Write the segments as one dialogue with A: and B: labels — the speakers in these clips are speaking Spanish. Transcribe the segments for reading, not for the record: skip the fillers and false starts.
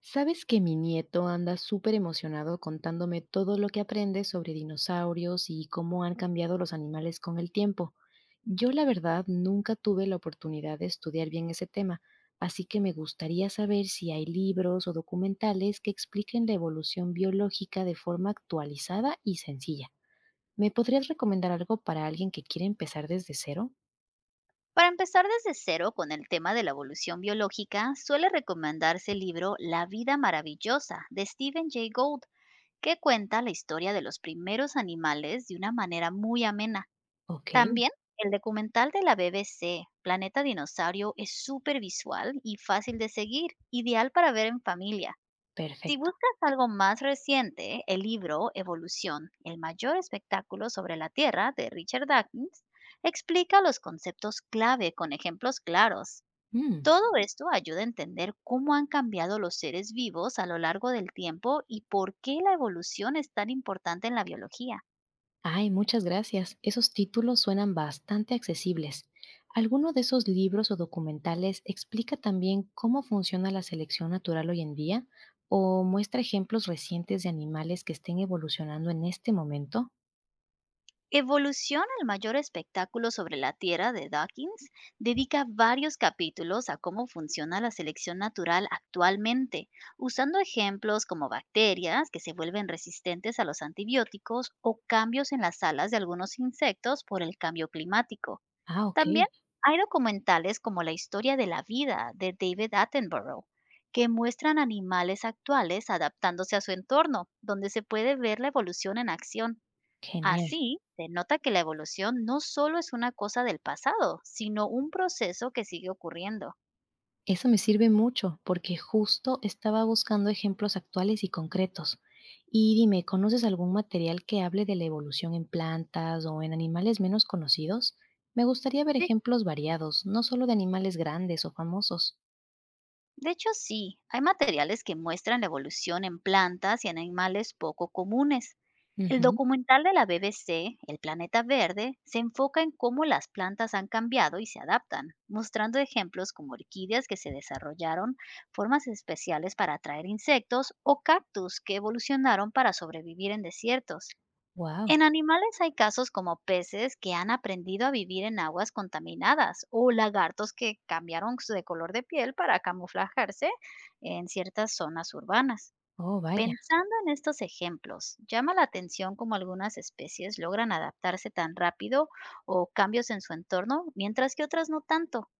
A: Sabes que mi nieto anda súper emocionado contándome todo lo que aprende sobre dinosaurios y cómo han cambiado los animales con el tiempo. Yo la verdad nunca tuve la oportunidad de estudiar bien ese tema, así que me gustaría saber si hay libros o documentales que expliquen la evolución biológica de forma actualizada y sencilla. ¿Me podrías recomendar algo para alguien que quiere empezar desde cero?
B: Para empezar desde cero con el tema de la evolución biológica, suele recomendarse el libro La vida maravillosa de Stephen Jay Gould, que cuenta la historia de los primeros animales de una manera muy amena.
A: Ok,
B: También el documental de la BBC, Planeta Dinosaurio, es súper visual y fácil de seguir, ideal para ver en familia. Si
A: perfecto.
B: buscas algo más reciente, el libro Evolución, el mayor espectáculo sobre la Tierra de Richard Dawkins, explica los conceptos clave con ejemplos claros.
A: Mm.
B: Todo esto ayuda a entender cómo han cambiado los seres vivos a lo largo del tiempo y por qué la evolución es tan importante en la biología.
A: Ay, muchas gracias. Esos títulos suenan bastante accesibles. ¿Alguno de esos libros o documentales explica también cómo funciona la selección natural hoy en día o muestra ejemplos recientes de animales que estén evolucionando en este momento?
B: Evolución al mayor espectáculo sobre la Tierra de Dawkins dedica varios capítulos a cómo funciona la selección natural actualmente, usando ejemplos como bacterias que se vuelven resistentes a los antibióticos o cambios en las alas de algunos insectos por el cambio climático.
A: Ah, ok,
B: También hay documentales como La historia de la vida de David Attenborough, que muestran animales actuales adaptándose a su entorno, donde se puede ver la evolución en acción.
A: genial.
B: Así, denota que la evolución no solo es una cosa del pasado, sino un proceso que sigue ocurriendo.
A: Eso me sirve mucho porque justo estaba buscando ejemplos actuales y concretos. Y dime, ¿conoces algún material que hable de la evolución en plantas o en animales menos conocidos? Me gustaría ver
B: De,
A: ejemplos variados, no solo de animales grandes o famosos.
B: de hecho, sí, hay materiales que muestran la evolución en plantas y en animales poco comunes. El documental de la BBC, El Planeta Verde, se enfoca en cómo las plantas han cambiado y se adaptan, mostrando ejemplos como orquídeas que se desarrollaron formas especiales para atraer insectos o cactus que evolucionaron para sobrevivir en desiertos. En
A: Wow.
B: animales hay casos como peces que han aprendido a vivir en aguas contaminadas o lagartos que cambiaron de color de piel para camuflajarse en ciertas zonas urbanas.
A: Oh, vaya.
B: Pensando en estos ejemplos, llama la atención cómo algunas especies logran adaptarse tan rápido o cambios en su entorno, mientras que otras no tanto.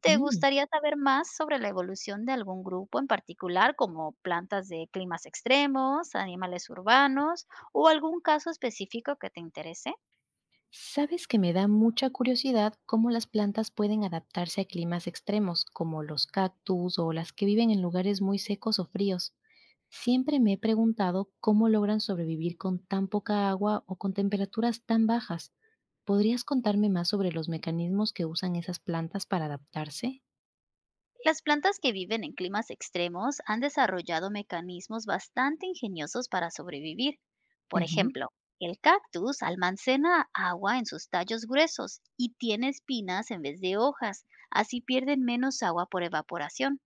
B: ¿Te
A: Mm.
B: gustaría saber más sobre la evolución de algún grupo en particular, como plantas de climas extremos, animales urbanos o algún caso específico que te interese?
A: Sabes que me da mucha curiosidad cómo las plantas pueden adaptarse a climas extremos, como los cactus o las que viven en lugares muy secos o fríos. Siempre me he preguntado cómo logran sobrevivir con tan poca agua o con temperaturas tan bajas. ¿Podrías contarme más sobre los mecanismos que usan esas plantas para adaptarse?
B: Las plantas que viven en climas extremos han desarrollado mecanismos bastante ingeniosos para sobrevivir. Por
A: Ujú.
B: ejemplo, el cactus almacena agua en sus tallos gruesos y tiene espinas en vez de hojas, así pierden menos agua por evaporación.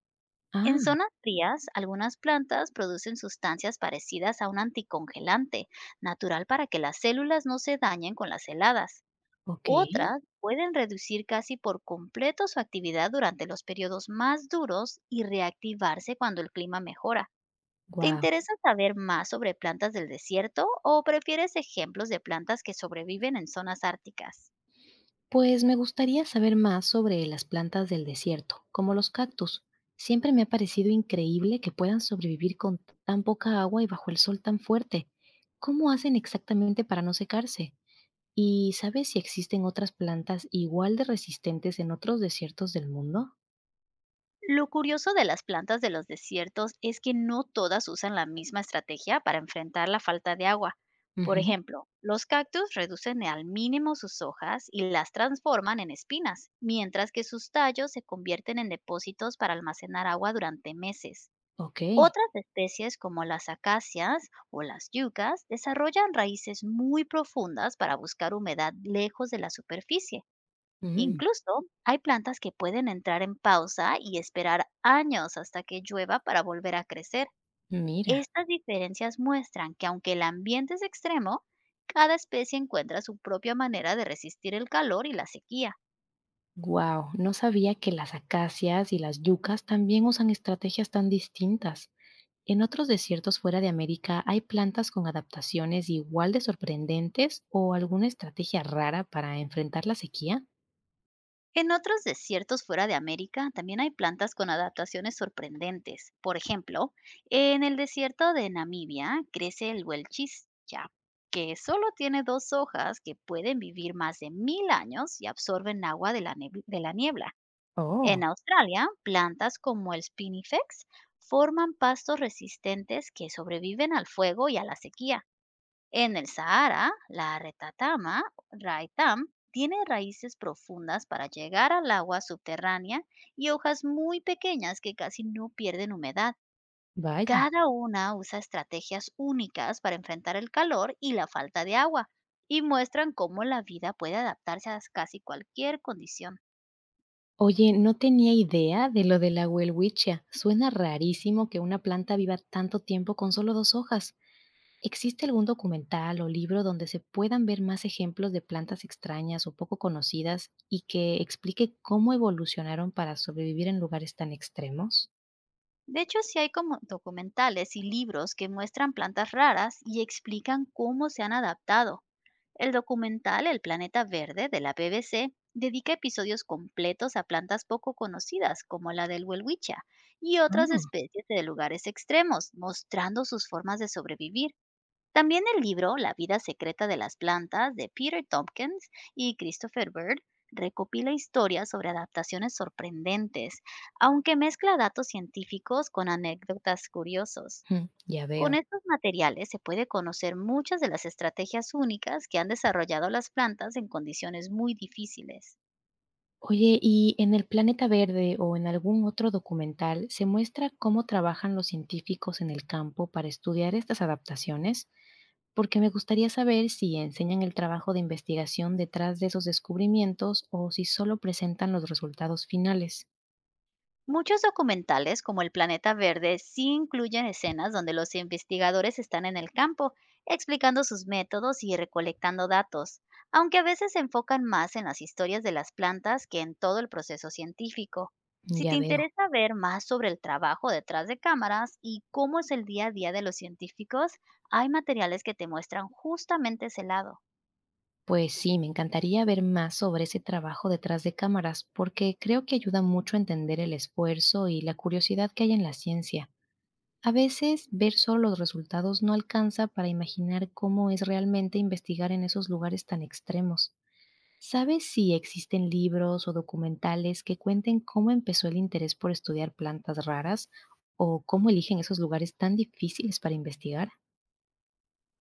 B: En
A: Ah,
B: zonas frías, algunas plantas producen sustancias parecidas a un anticongelante, natural para que las células no se dañen con las heladas.
A: ok.
B: Otras pueden reducir casi por completo su actividad durante los periodos más duros y reactivarse cuando el clima mejora. ¿Te
A: Wow.
B: interesa saber más sobre plantas del desierto o prefieres ejemplos de plantas que sobreviven en zonas árticas?
A: Pues me gustaría saber más sobre las plantas del desierto, como los cactus. Siempre me ha parecido increíble que puedan sobrevivir con tan poca agua y bajo el sol tan fuerte. ¿Cómo hacen exactamente para no secarse? ¿Y sabes si existen otras plantas igual de resistentes en otros desiertos del mundo?
B: Lo curioso de las plantas de los desiertos es que no todas usan la misma estrategia para enfrentar la falta de agua. Por
A: Ujú.
B: ejemplo, los cactus reducen al mínimo sus hojas y las transforman en espinas, mientras que sus tallos se convierten en depósitos para almacenar agua durante meses.
A: Ok.
B: Otras especies como las acacias o las yucas desarrollan raíces muy profundas para buscar humedad lejos de la superficie.
A: Mm,
B: Incluso hay plantas que pueden entrar en pausa y esperar años hasta que llueva para volver a crecer.
A: mira.
B: Estas diferencias muestran que aunque el ambiente es extremo, cada especie encuentra su propia manera de resistir el calor y la sequía.
A: Wow, no sabía que las acacias y las yucas también usan estrategias tan distintas. En otros desiertos fuera de América hay plantas con adaptaciones igual de sorprendentes o alguna estrategia rara para enfrentar la sequía.
B: En otros desiertos fuera de América también hay plantas con adaptaciones sorprendentes. Por ejemplo, en el desierto de Namibia crece el welchitsia, que solo tiene dos hojas que pueden vivir más de 1000 años y absorben agua de la niebla.
A: Oh,
B: En Australia, plantas como el spinifex forman pastos resistentes que sobreviven al fuego y a la sequía. En el Sahara, la raitam, tiene raíces profundas para llegar al agua subterránea y hojas muy pequeñas que casi no pierden humedad.
A: vaya.
B: Cada una usa estrategias únicas para enfrentar el calor y la falta de agua y muestran cómo la vida puede adaptarse a casi cualquier condición.
A: Oye, no tenía idea de lo de la welwitchia. Suena rarísimo que una planta viva tanto tiempo con solo dos hojas. ¿Existe algún documental o libro donde se puedan ver más ejemplos de plantas extrañas o poco conocidas y que explique cómo evolucionaron para sobrevivir en lugares tan extremos?
B: De hecho, sí hay como documentales y libros que muestran plantas raras y explican cómo se han adaptado. El documental El Planeta Verde de la BBC dedica episodios completos a plantas poco conocidas, como la del welwichia, y otras
A: Mm.
B: especies de lugares extremos, mostrando sus formas de sobrevivir. También el libro La vida secreta de las plantas de Peter Tompkins y Christopher Bird recopila historias sobre adaptaciones sorprendentes, aunque mezcla datos científicos con anécdotas curiosos.
A: Mm, ya
B: Con
A: veo.
B: estos materiales se puede conocer muchas de las estrategias únicas que han desarrollado las plantas en condiciones muy difíciles.
A: Oye, ¿y en El Planeta Verde o en algún otro documental se muestra cómo trabajan los científicos en el campo para estudiar estas adaptaciones? Porque me gustaría saber si enseñan el trabajo de investigación detrás de esos descubrimientos o si solo presentan los resultados finales.
B: Muchos documentales, como El Planeta Verde, sí incluyen escenas donde los investigadores están en el campo, explicando sus métodos y recolectando datos, aunque a veces se enfocan más en las historias de las plantas que en todo el proceso científico. Si te
A: Ya veo.
B: interesa ver más sobre el trabajo detrás de cámaras y cómo es el día a día de los científicos, hay materiales que te muestran justamente ese lado.
A: Pues sí, me encantaría ver más sobre ese trabajo detrás de cámaras porque creo que ayuda mucho a entender el esfuerzo y la curiosidad que hay en la ciencia. A veces ver solo los resultados no alcanza para imaginar cómo es realmente investigar en esos lugares tan extremos. ¿Sabes si existen libros o documentales que cuenten cómo empezó el interés por estudiar plantas raras o cómo eligen esos lugares tan difíciles para investigar?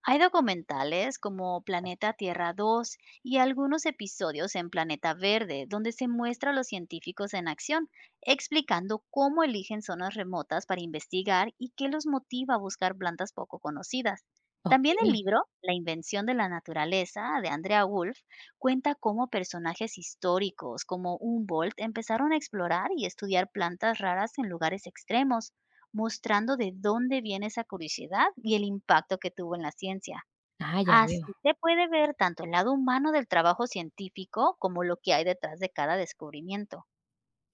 B: Hay documentales como Planeta Tierra 2 y algunos episodios en Planeta Verde, donde se muestra a los científicos en acción, explicando cómo eligen zonas remotas para investigar y qué los motiva a buscar plantas poco conocidas.
A: Ok,
B: También el libro La invención de la naturaleza de Andrea Wolf cuenta cómo personajes históricos como Humboldt empezaron a explorar y estudiar plantas raras en lugares extremos, mostrando de dónde viene esa curiosidad y el impacto que tuvo en la ciencia.
A: ah, ya veo.
B: Así se puede ver tanto el lado humano del trabajo científico como lo que hay detrás de cada descubrimiento.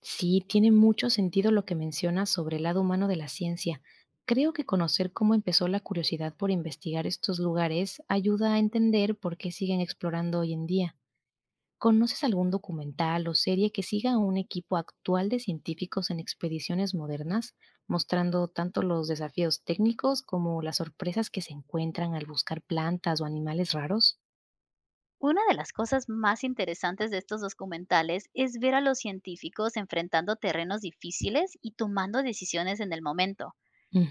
A: Sí, tiene mucho sentido lo que mencionas sobre el lado humano de la ciencia. Creo que conocer cómo empezó la curiosidad por investigar estos lugares ayuda a entender por qué siguen explorando hoy en día. ¿Conoces algún documental o serie que siga a un equipo actual de científicos en expediciones modernas, mostrando tanto los desafíos técnicos como las sorpresas que se encuentran al buscar plantas o animales raros?
B: Una de las cosas más interesantes de estos documentales es ver a los científicos enfrentando terrenos difíciles y tomando decisiones en el momento.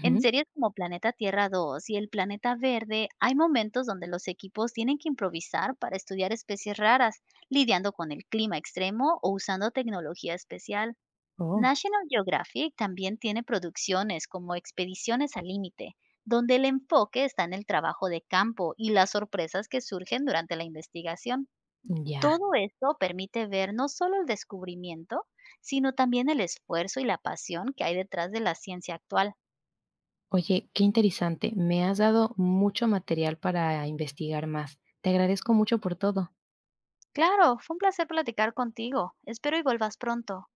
B: En series como Planeta Tierra 2 y El Planeta Verde, hay momentos donde los equipos tienen que improvisar para estudiar especies raras, lidiando con el clima extremo o usando tecnología especial.
A: Oh,
B: National Geographic también tiene producciones como Expediciones al Límite, donde el enfoque está en el trabajo de campo y las sorpresas que surgen durante la investigación.
A: ya.
B: Todo esto permite ver no solo el descubrimiento, sino también el esfuerzo y la pasión que hay detrás de la ciencia actual.
A: Oye, qué interesante. Me has dado mucho material para investigar más. Te agradezco mucho por todo.
B: Claro, fue un placer platicar contigo. Espero y vuelvas pronto.